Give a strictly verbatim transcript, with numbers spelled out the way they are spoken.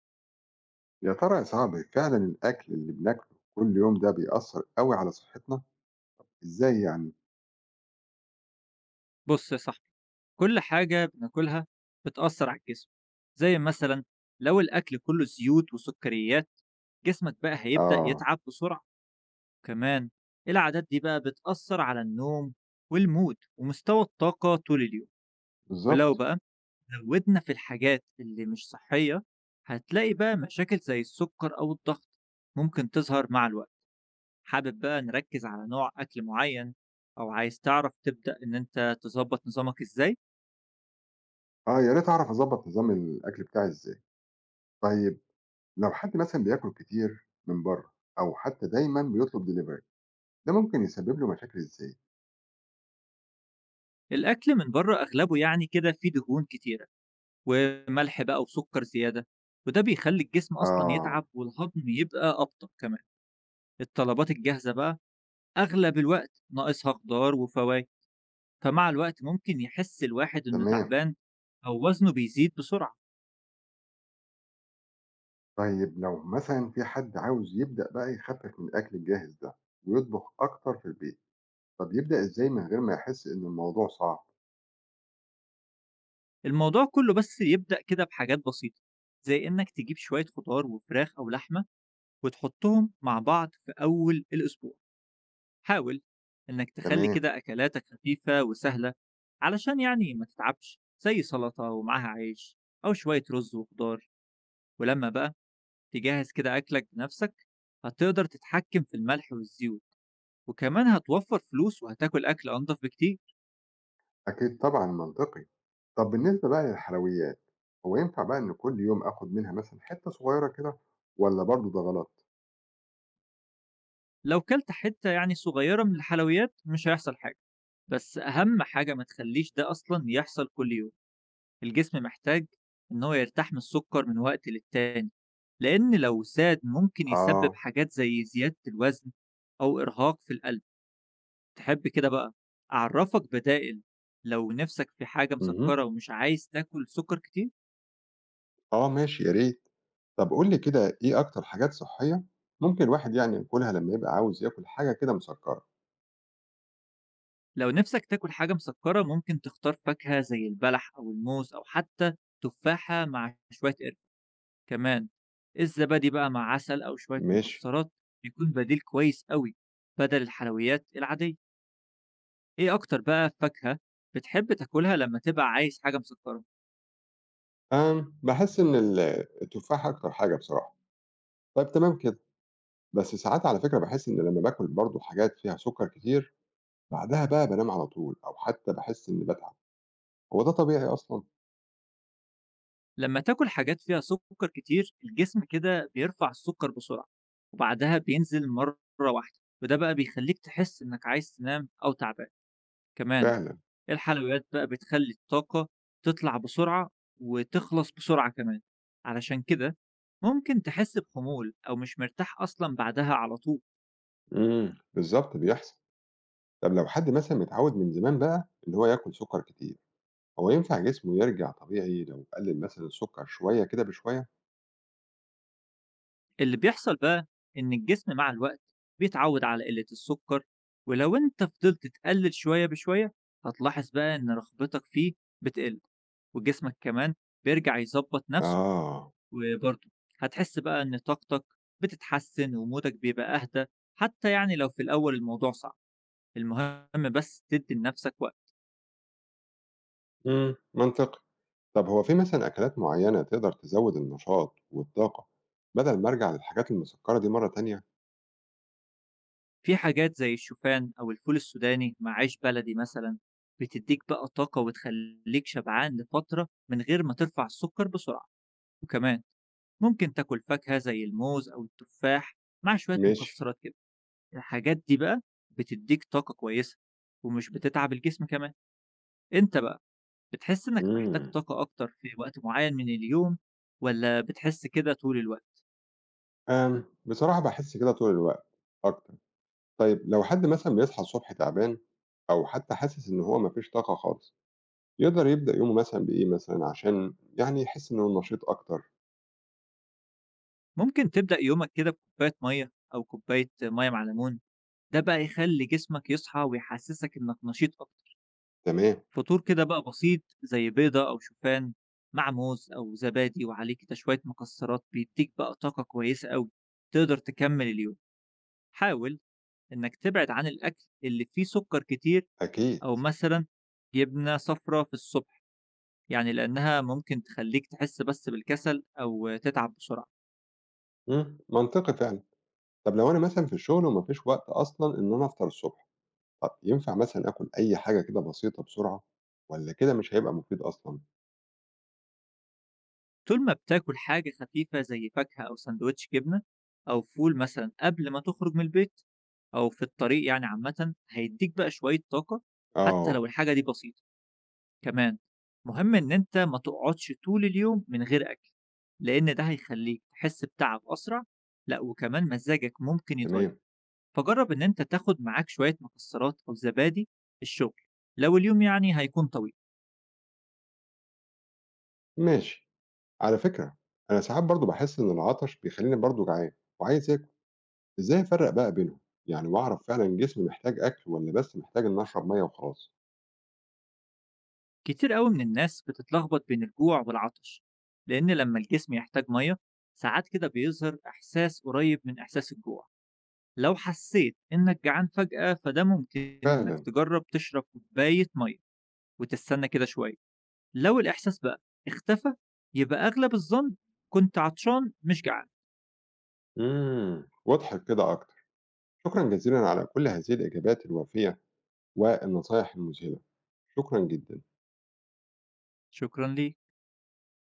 يا ترى يا صاحبي فعلا الأكل اللي بناكله كل يوم ده بيأثر قوي على صحتنا؟ إزاي يعني؟ بص يا صاحبي، كل حاجة بناكلها بتأثر على الجسم. زي مثلا لو الأكل كله زيوت وسكريات، جسمك بقى هيبدأ آه يتعب بسرعة. كمان العادات دي بقى بتأثر على النوم والمود ومستوى الطاقة طول اليوم. ولو بالظبط بقى زودنا في الحاجات اللي مش صحية، هتلاقي بقى مشاكل زي السكر أو الضغط ممكن تظهر مع الوقت. حابب بقى نركز على نوع أكل معين، أو عايز تعرف تبدأ إن أنت تظبط نظامك إزاي؟ آه يا ريت أعرف أظبط نظام الأكل بتاعي إزاي؟ طيب لو حد مثلا بياكل كتير من بره أو حتى دايما بيطلب دليفري ده ممكن يسبب له مشاكل إزاي؟ الأكل من بره أغلبه يعني كده فيه دهون كتيرة وملح بقى وسكر زيادة، وده بيخلي الجسم أصلا آه يتعب والهضم يبقى أبطأ كمان. الطلبات الجاهزة بقى أغلب الوقت ناقصها خضار وفواكه، فمع الوقت ممكن يحس الواحد إنه تمام تعبان أو وزنه بيزيد بسرعة. طيب لو مثلا في حد عاوز يبدأ بقى يخفف من الأكل الجاهز ده ويطبخ أكتر في البيت طب يبدأ إزاي من غير ما يحس إن الموضوع صعب؟ الموضوع كله بس يبدأ كده بحاجات بسيطة، زي إنك تجيب شوية خضار وفراخ أو لحمة وتحطهم مع بعض في أول الأسبوع. حاول إنك تخلي تمام كده أكلاتك خفيفة وسهلة علشان يعني ما تتعبش، زي سلطة ومعاها عيش أو شوية رز وخضار. ولما بقى تجهز كده أكلك بنفسك، هتقدر تتحكم في الملح والزيوت، وكمان هتوفر فلوس وهتاكل أكل أنضف بكتير. أكيد طبعا منطقي طب بالنسبة بقى للحلويات، هو ينفع بقى إن كل يوم آخد منها مثلًا حتّة صغيّرة كده والّا برضه ده غلط؟ لو كلت حتة يعني صغيرة من الحلويات مش هيحصل حاجة، بس أهم حاجة ما تخليش ده أصلا يحصل كل يوم. الجسم محتاج إن هو يرتاح من السكر من وقت للتاني، لأن لو زاد ممكن يسبب آه. حاجات زي زيادة الوزن أو إرهاق في القلب. تحب كده بقى أعرفك بدائل لو نفسك في حاجة اهم. مسكرة ومش عايز تاكل سكر كتير؟ آه ماشي يا ريت. طب قُل لي كده إيه أكتر حاجات صحّية ممكن الواحد يعني ياكلها لمّا يبقى عاوز ياكل حاجة كده مسكّرة؟ لو نفسك تاكل حاجة مسكرة، ممكن تختار فاكهة زي البلح أو الموز أو حتى تفاحة مع شوية قرفة. كمان الزبادي بقى مع عسل أو شوية ماشي. مكسرات بيكون بديل كويس قوي بدل الحلويات العادية. إيه أكتر بقى فاكهة بتحب تاكلها لمّا تبقى عايز حاجة مسكّرة؟ آمم، باحس إن ال التفاح أكتر حاجة بصراحة. طيب تمام كده، بس ساعات على فكرة باحس إن لمّا باكل برضه حاجات فيها سُكّر كتير، بعدها بقى بانام على طول أو حتّى باحس إنّي باتعب، هو ده طبيعي أصلًا؟ لمّا تاكل حاجات فيها سُكّر كتير، الجسم كده بيرفع السُكّر بسرعة، وبعدها بينزل مرّة واحدة، وده بقى بيخلّيك تحس إنك عايز تنام أو تعبان. كمان فعلًا. الحلويات بقى بتخلّي الطاقة تطلع بسرعة وتخلص بسرعة كمان، علشان كده ممكن تحس بخمول أو مش مرتاح أصلًا بعدها على طول. إمم، بالضبط بيحصل. طب لو حد مثلًا متعوّد من زمان بقى إن هو ياكل سُكّر كتير، هو ينفع جسمه يرجع طبيعي لو قلِّل مثلًا السُكّر شوية كده بشوية؟ اللي بيحصل بقى إن الجسم مع الوقت بيتعود على قلة السكر، ولو أنت فضلت تقلل شوية بشوية، هتلاحظ بقى إن رغبتك فيه بتقل، وجسمك كمان بيرجع يظبط نفسه. آه، وبرضه هتحس بقى إن طاقتك بتتحسن ومودك بيبقى أهدى، حتى يعني لو في الأول الموضوع صعب، المهم بس تدي لنفسك وقت. إمم، منطقي. طب هو في مثلًا أكلات معيّنة تقدر تزوّد النشاط والطاقة بدل ما أرجع للحاجات المسكّرة دي مرّة تانية؟ في حاجات زي الشوفان أو الفول السوداني مع عيش بلدي مثلا بتديك بقى طاقة وتخليك شبعان لفترة من غير ما ترفع السكر بسرعة. وكمان ممكن تاكل فاكهة زي الموز أو التفاح مع شوية ماشي، مكسرات كده. الحاجات دي بقى بتديك طاقة كويسة ومش بتتعب الجسم كمان. انت بقى بتحس انك محتاج إمم. طاقة أكتر في وقت معين من اليوم، ولا بتحس كده طول الوقت؟ آمم، بصراحة باحس كده طول الوقت أكتر. طيب لو حد مثلًا بيصحى الصبح تعبان أو حتى حاسس إن هو ما فيش طاقة خالص، يقدر يبدأ يومه مثلًا بإيه مثلًا عشان يعني يحس إنه نشيط أكتر؟ ممكن تبدأ يومك كده بكوباية مية أو كوباية مية مع ليمون، ده بقى يخلي جسمك يصحى ويحسسك انك نشيط أكتر. تمام. فطور كده بقى بسيط زي بيضة أو شوفان مع موز أو زبادي وعليه كده شوية مكسرات بيديك بقى طاقة كويسة أوي تقدر تكمل اليوم. حاول إنك تبعد عن الأكل اللي فيه سكر كتير، أكيد، أو مثلا جبنة صفرا في الصبح، يعني لأنها ممكن تخليك تحس بس بالكسل أو تتعب بسرعة. إمم، منطقي فعلًا. طب لو أنا مثلًا في الشغل وما فيش وقت أصلًا إن أنا أفطر الصبح، طب ينفع مثلًا آكل أي حاجة كده بسيطة بسرعة والّا كده مش هيبقى مفيد أصلًا؟ طول ما بتاكل حاجة خفيفة زي فاكهة أو سندوتش جبنة أو فول مثلا قبل ما تخرج من البيت أو في الطريق، يعني عامة هيديك بقى شوية طاقة حتى لو آه، الحاجة دي بسيطة. كمان مهم إن أنت ما تقعدش طول اليوم من غير أكل، لأن ده هيخليك تحس بتعب أسرع، لأ وكمان مزاجك ممكن يتغير. تمام، فجرب إن أنت تاخد معاك شوية مكسرات أو زبادي الشغل، لو اليوم يعني هيكون طويل. ماشي. على فكرة أنا ساعات برضه باحس إن العطش بيخلّيني برضه جعان وعايز آكل، إزاي أفرّق بقى بينهم؟ يعني وأعرف فعلًا جسمي محتاج أكل والّا بس محتاج إن أشرب مَيّة وخلاص؟ كتير قوي من الناس بتتلخبط بين الجوع والعطش، لأن لما الجسم يحتاج مية، ساعات كده بيظهر إحساس قريب من إحساس الجوع. لو حسيت إنك جعان فجأة، فده ممكن إنك فعلًا، تجرب تشرب كوباية مية وتستنى كده شوية. لو الإحساس بقى اختفى، يبقى أغلب الظن كنت عطشان مش جعان. إمم، وضحِت كده أكتر. شكرًا جزيلًا على كل هذه الإجابات الوافية والنصايح المذهلة، شكرًا جدًا. شكرا ليك.